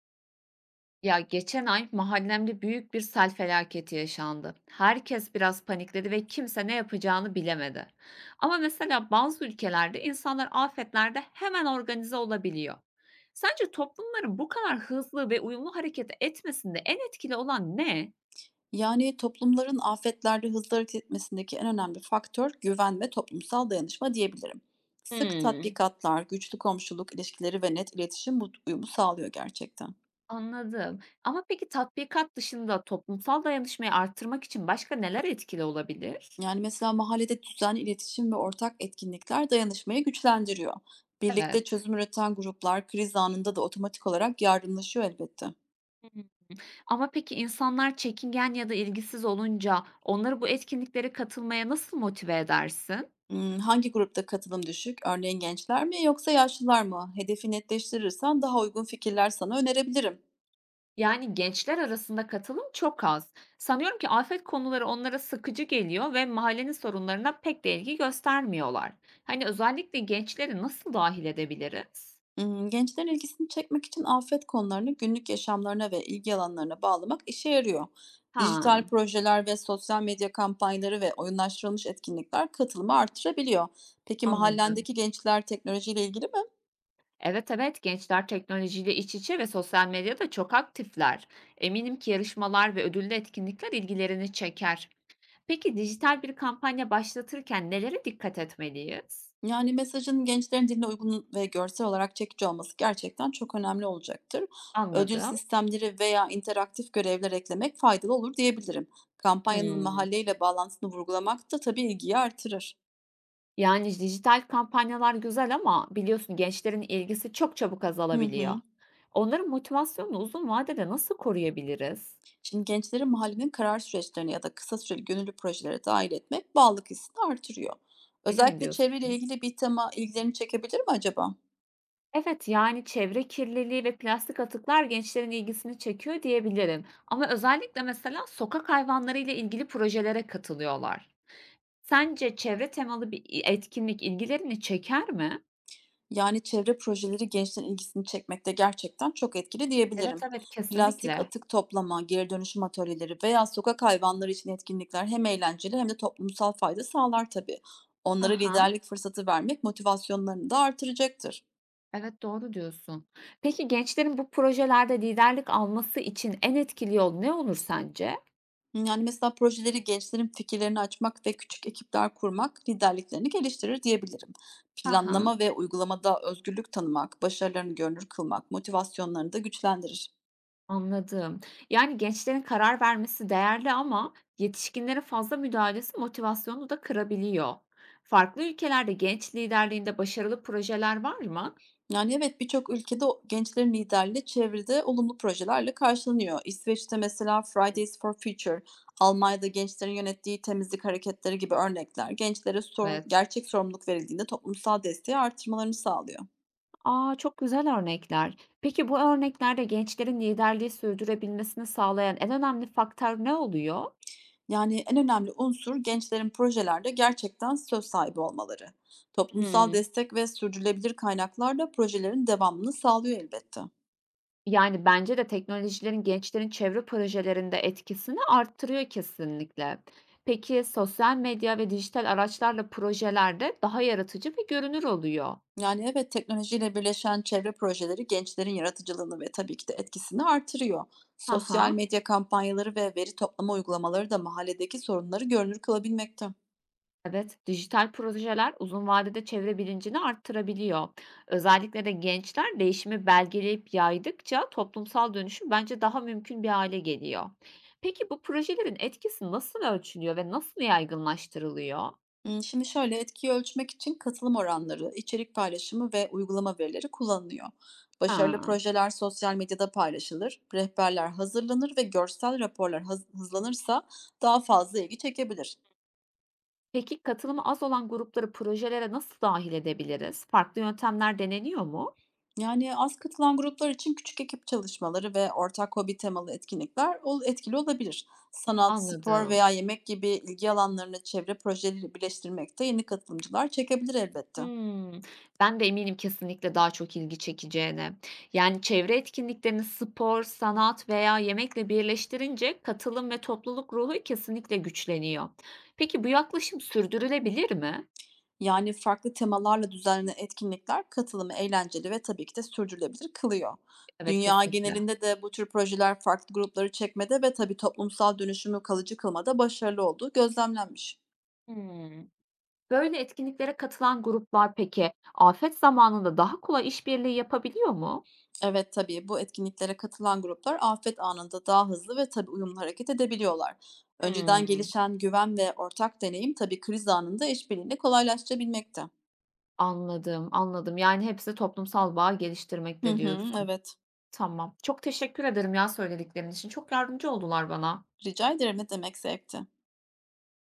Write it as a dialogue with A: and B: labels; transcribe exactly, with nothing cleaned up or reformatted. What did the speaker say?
A: Ya geçen ay mahallemde büyük bir sel felaketi yaşandı. Herkes biraz panikledi ve kimse ne yapacağını bilemedi. Ama mesela bazı ülkelerde insanlar afetlerde hemen organize olabiliyor. Sence toplumların bu kadar hızlı ve uyumlu hareket etmesinde en etkili olan ne?
B: Yani toplumların afetlerde hızlı hareket etmesindeki en önemli faktör güven ve toplumsal dayanışma diyebilirim. Sık
A: Hmm.
B: tatbikatlar, güçlü komşuluk ilişkileri ve net iletişim bu uyumu sağlıyor gerçekten.
A: Anladım. Ama peki tatbikat dışında toplumsal dayanışmayı arttırmak için başka neler etkili olabilir?
B: Yani mesela mahallede düzenli iletişim ve ortak etkinlikler dayanışmayı güçlendiriyor. Birlikte
A: Evet.
B: çözüm üreten gruplar kriz anında da otomatik olarak yardımlaşıyor elbette.
A: Ama peki insanlar çekingen ya da ilgisiz olunca onları bu etkinliklere katılmaya nasıl motive edersin?
B: Hmm, hangi grupta katılım düşük? Örneğin gençler mi yoksa yaşlılar mı? Hedefi netleştirirsen daha uygun fikirler sana önerebilirim.
A: Yani gençler arasında katılım çok az. Sanıyorum ki afet konuları onlara sıkıcı geliyor ve mahallenin sorunlarına pek de ilgi göstermiyorlar. Hani özellikle gençleri nasıl dahil edebiliriz?
B: Imm, gençlerin ilgisini çekmek için afet konularını günlük yaşamlarına ve ilgi alanlarına bağlamak işe yarıyor.
A: Ha,
B: Dijital projeler ve sosyal medya kampanyaları ve oyunlaştırılmış etkinlikler katılımı artırabiliyor. Peki
A: anladım.
B: mahallendeki gençler teknolojiyle ilgili mi?
A: Evet evet, gençler teknolojiyle iç içe ve sosyal medyada çok aktifler. Eminim ki yarışmalar ve ödüllü etkinlikler ilgilerini çeker. Peki, dijital bir kampanya başlatırken nelere dikkat etmeliyiz?
B: Yani, mesajın gençlerin diline uygun ve görsel olarak çekici olması gerçekten çok önemli olacaktır. Ödül
A: Anladım.
B: sistemleri veya interaktif görevler eklemek faydalı olur diyebilirim. Kampanyanın
A: Hımm.
B: mahalleyle bağlantısını vurgulamak da tabii ilgiyi artırır.
A: Yani, dijital kampanyalar güzel ama biliyorsun gençlerin ilgisi çok çabuk
B: Hı
A: azalabiliyor.
B: hı.
A: Onların motivasyonunu uzun vadede nasıl koruyabiliriz?
B: Şimdi gençleri mahallenin karar süreçlerine ya da kısa süreli gönüllü projelere dahil etmek bağlılık hissini artırıyor.
A: Öyle mi
B: Özellikle çevreyle
A: diyorsun?
B: ilgili bir tema ilgilerini çekebilir mi acaba?
A: Evet, yani, çevre kirliliği ve plastik atıklar gençlerin ilgisini çekiyor diyebilirim ama özellikle mesela sokak hayvanları ile ilgili projelere katılıyorlar. Sence çevre temalı bir etkinlik ilgilerini çeker mi?
B: Yani çevre projeleri gençlerin ilgisini çekmekte gerçekten çok etkili
A: Evet,
B: diyebilirim.
A: evet,
B: Plastik
A: kesinlikle.
B: atık toplama, geri dönüşüm atölyeleri veya sokak hayvanları için etkinlikler hem eğlenceli hem de toplumsal fayda sağlar tabii.
A: Ha
B: Onlara
A: ha.
B: liderlik fırsatı vermek motivasyonlarını da artıracaktır.
A: Evet, doğru diyorsun. Peki gençlerin bu projelerde liderlik alması için en etkili yol ne olur sence?
B: Yani mesela projeleri gençlerin fikirlerini açmak ve küçük ekipler kurmak liderliklerini geliştirir diyebilirim.
A: Ha ha.
B: Planlama ve uygulamada özgürlük tanımak, başarılarını görünür kılmak, motivasyonlarını da güçlendirir.
A: Anladım. Yani gençlerin karar vermesi değerli ama yetişkinlerin fazla müdahalesi motivasyonu da kırabiliyor. Farklı ülkelerde genç liderliğinde başarılı projeler var mı?
B: Yani, evet, birçok ülkede o gençlerin liderliği çevrede olumlu projelerle karşılanıyor. İsveç'te mesela Fridays for Future, Almanya'da gençlerin yönettiği temizlik hareketleri gibi örnekler gençlere sorun
A: Evet.
B: gerçek sorumluluk verildiğinde toplumsal desteği artırmalarını sağlıyor.
A: Aa, çok güzel örnekler. Peki bu örneklerde gençlerin liderliği sürdürebilmesini sağlayan en önemli faktör ne oluyor?
B: Yani en önemli unsur gençlerin projelerde gerçekten söz sahibi olmaları. Toplumsal
A: Hmm.
B: destek ve sürdürülebilir kaynaklar da projelerin devamını sağlıyor elbette.
A: Yani, bence de teknolojilerin gençlerin çevre projelerinde etkisini arttırıyor kesinlikle. Peki, sosyal medya ve dijital araçlarla projelerde daha yaratıcı ve görünür oluyor.
B: Yani, evet, teknolojiyle birleşen çevre projeleri gençlerin yaratıcılığını ve tabii ki de etkisini artırıyor. Sosyal
A: Aha.
B: medya kampanyaları ve veri toplama uygulamaları da mahalledeki sorunları görünür kılabilmekte.
A: Evet, dijital projeler uzun vadede çevre bilincini arttırabiliyor. Özellikle de gençler değişimi belgeleyip yaydıkça toplumsal dönüşüm bence daha mümkün bir hale geliyor. Peki, bu projelerin etkisi nasıl ölçülüyor ve nasıl yaygınlaştırılıyor?
B: Imm, şimdi şöyle, etkiyi ölçmek için katılım oranları, içerik paylaşımı ve uygulama verileri kullanılıyor. Başarılı
A: Ha.
B: projeler sosyal medyada paylaşılır, rehberler hazırlanır ve görsel raporlar haz hızlanırsa daha fazla ilgi çekebilir.
A: Peki katılımı az olan grupları projelere nasıl dahil edebiliriz? Farklı yöntemler deneniyor mu?
B: Yani, az katılan gruplar için küçük ekip çalışmaları ve ortak hobi temalı etkinlikler ol etkili olabilir. Sanat, spor
A: Anladım.
B: veya yemek gibi ilgi alanlarını çevre projeleri birleştirmek de yeni katılımcılar çekebilir elbette.
A: Hımm. Ben de eminim kesinlikle daha çok ilgi çekeceğine. Yani çevre etkinliklerini spor, sanat veya yemekle birleştirince katılım ve topluluk ruhu kesinlikle güçleniyor. Peki bu yaklaşım sürdürülebilir mi?
B: Yani, farklı temalarla düzenlenen etkinlikler katılımı eğlenceli ve tabii ki de sürdürülebilir kılıyor.
A: Evet,
B: Dünya
A: kesinlikle.
B: genelinde de bu tür projeler farklı grupları çekmede ve tabii toplumsal dönüşümü kalıcı kılmada başarılı olduğu gözlemlenmiş.
A: Hımm. Böyle etkinliklere katılan gruplar peki afet zamanında daha kolay işbirliği yapabiliyor mu?
B: Evet, tabii. Bu etkinliklere katılan gruplar afet anında daha hızlı ve tabii uyumlu hareket edebiliyorlar. Önceden
A: Hımm.
B: gelişen güven ve ortak deneyim tabii kriz anında işbirliğini kolaylaştırabilmekte.
A: Anladım, anladım. Yani hepsi toplumsal bağ
B: Hı
A: geliştirmekte
B: hı,
A: diyorsun.
B: evet.
A: Tamam. Çok teşekkür ederim ya söylediklerin için. Çok yardımcı oldular bana.
B: Rica ederim. Ne demek zevkti.